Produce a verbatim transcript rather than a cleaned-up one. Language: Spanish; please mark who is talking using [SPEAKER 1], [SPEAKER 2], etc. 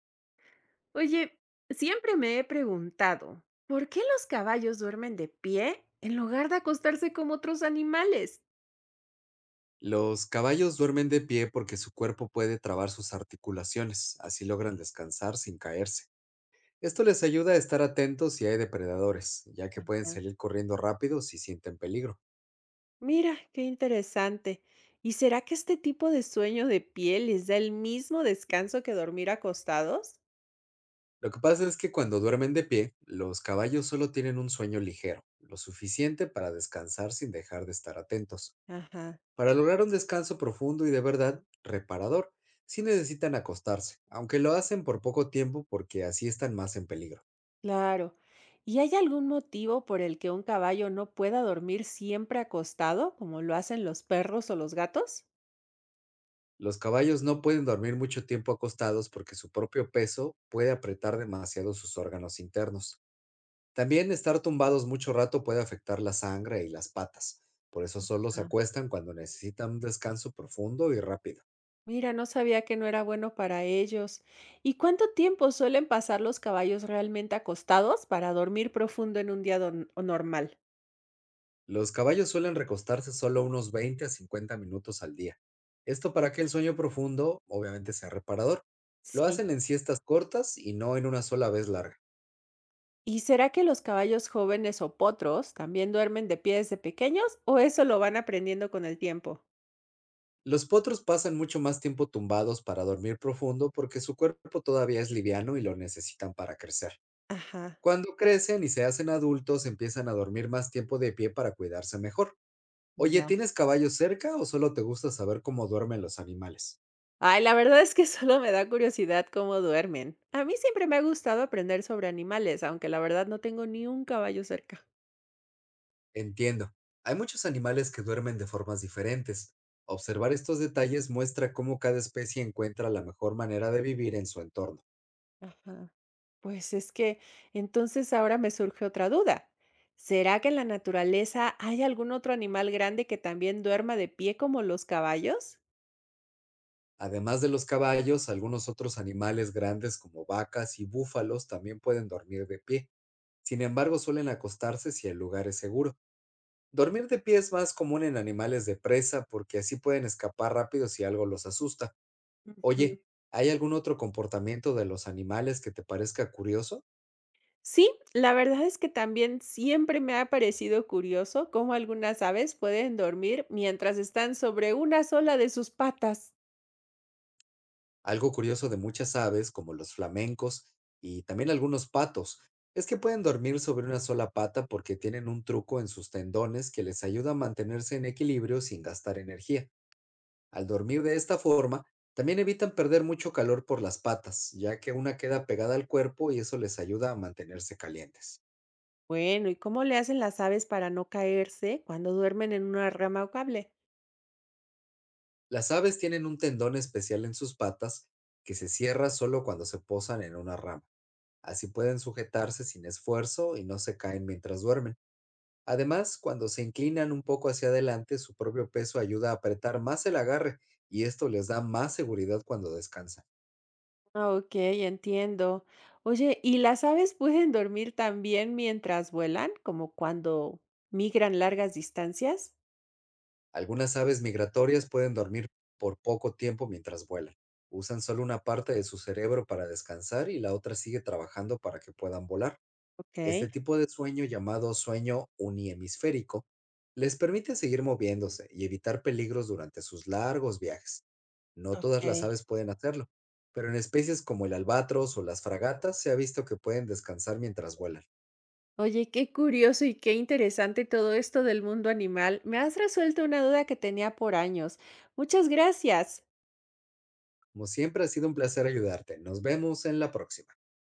[SPEAKER 1] Oye, siempre me he preguntado, ¿por qué los caballos duermen de pie en lugar de acostarse como otros animales?
[SPEAKER 2] Los caballos duermen de pie porque su cuerpo puede trabar sus articulaciones, así logran descansar sin caerse. Esto les ayuda a estar atentos si hay depredadores, ya que pueden
[SPEAKER 1] Ujú.
[SPEAKER 2] salir corriendo rápido si sienten peligro.
[SPEAKER 1] Mira, qué interesante. ¿Y será que este tipo de sueño de pie les da el mismo descanso que dormir acostados?
[SPEAKER 2] Lo que pasa es que cuando duermen de pie, los caballos solo tienen un sueño ligero, lo suficiente para descansar sin dejar de estar atentos.
[SPEAKER 1] Ajá,
[SPEAKER 2] Para lograr un descanso profundo y de verdad reparador, sí necesitan acostarse, aunque lo hacen por poco tiempo porque así están más en peligro.
[SPEAKER 1] claro. ¿Y hay algún motivo por el que un caballo no pueda dormir siempre acostado, como lo hacen los perros o los gatos?
[SPEAKER 2] Los caballos no pueden dormir mucho tiempo acostados porque su propio peso puede apretar demasiado sus órganos internos. También estar tumbados mucho rato puede afectar la sangre y las patas. Por eso solo se acuestan cuando necesitan un descanso profundo y rápido.
[SPEAKER 1] Mira, no sabía que no era bueno para ellos. ¿Y cuánto tiempo suelen pasar los caballos realmente acostados para dormir profundo en un día don- o normal?
[SPEAKER 2] Los caballos suelen recostarse solo unos veinte a cincuenta minutos al día. Esto para que el sueño profundo obviamente sea reparador. Lo
[SPEAKER 1] Sí.
[SPEAKER 2] hacen en siestas cortas y no en una sola vez larga.
[SPEAKER 1] ¿Y será que los caballos jóvenes o potros también duermen de pie desde pequeños o eso lo van aprendiendo con el tiempo?
[SPEAKER 2] Los potros pasan mucho más tiempo tumbados para dormir profundo porque su cuerpo todavía es liviano y lo necesitan para crecer.
[SPEAKER 1] Ajá,
[SPEAKER 2] Cuando crecen y se hacen adultos, empiezan a dormir más tiempo de pie para cuidarse mejor. Oye,
[SPEAKER 1] ya.
[SPEAKER 2] ¿tienes caballos cerca o solo te gusta saber cómo duermen los animales?
[SPEAKER 1] Ay, la verdad es que solo me da curiosidad cómo duermen. A mí siempre me ha gustado aprender sobre animales, aunque la verdad no tengo ni un caballo cerca.
[SPEAKER 2] Entiendo. Hay muchos animales que duermen de formas diferentes. Observar estos detalles muestra cómo cada especie encuentra la mejor manera de vivir en su entorno.
[SPEAKER 1] Ajá. Pues es que entonces ahora me surge otra duda. ¿Será que en la naturaleza hay algún otro animal grande que también duerma de pie como los caballos?
[SPEAKER 2] Además de los caballos, algunos otros animales grandes como vacas y búfalos también pueden dormir de pie. Sin embargo, suelen acostarse si el lugar es seguro. Dormir de pie es más común en animales de presa porque así pueden escapar rápido si algo los asusta. Oye,
[SPEAKER 1] Ujú.
[SPEAKER 2] ¿hay algún otro comportamiento de los animales que te parezca curioso?
[SPEAKER 1] Sí, la verdad es que también siempre me ha parecido curioso cómo algunas aves pueden dormir mientras están sobre una sola de sus patas.
[SPEAKER 2] Algo curioso de muchas aves, como los flamencos y también algunos patos, es que pueden dormir sobre una sola pata porque tienen un truco en sus tendones que les ayuda a mantenerse en equilibrio sin gastar energía. Al dormir de esta forma, también evitan perder mucho calor por las patas, ya que una queda pegada al cuerpo y eso les ayuda a mantenerse calientes.
[SPEAKER 1] Bueno, ¿y cómo le hacen las aves para no caerse cuando duermen en una rama o cable?
[SPEAKER 2] Las aves tienen un tendón especial en sus patas que se cierra solo cuando se posan en una rama. Así pueden sujetarse sin esfuerzo y no se caen mientras duermen. Además, cuando se inclinan un poco hacia adelante, su propio peso ayuda a apretar más el agarre y esto les da más seguridad cuando descansan.
[SPEAKER 1] Okey, entiendo. Oye, ¿y las aves pueden dormir también mientras vuelan, como cuando migran largas distancias?
[SPEAKER 2] Algunas aves migratorias pueden dormir por poco tiempo mientras vuelan. Usan solo una parte de su cerebro para descansar y la otra sigue trabajando para que puedan volar. Este
[SPEAKER 1] Okey,
[SPEAKER 2] tipo de sueño, llamado sueño uniemisférico, les permite seguir moviéndose y evitar peligros durante sus largos viajes. No todas las
[SPEAKER 1] okey.
[SPEAKER 2] aves pueden hacerlo, pero en especies como el albatros o las fragatas se ha visto que pueden descansar mientras vuelan.
[SPEAKER 1] Oye, qué curioso y qué interesante todo esto del mundo animal. Me has resuelto una duda que tenía por años. Muchas gracias.
[SPEAKER 2] Como siempre, ha sido un placer ayudarte. Nos vemos en la próxima.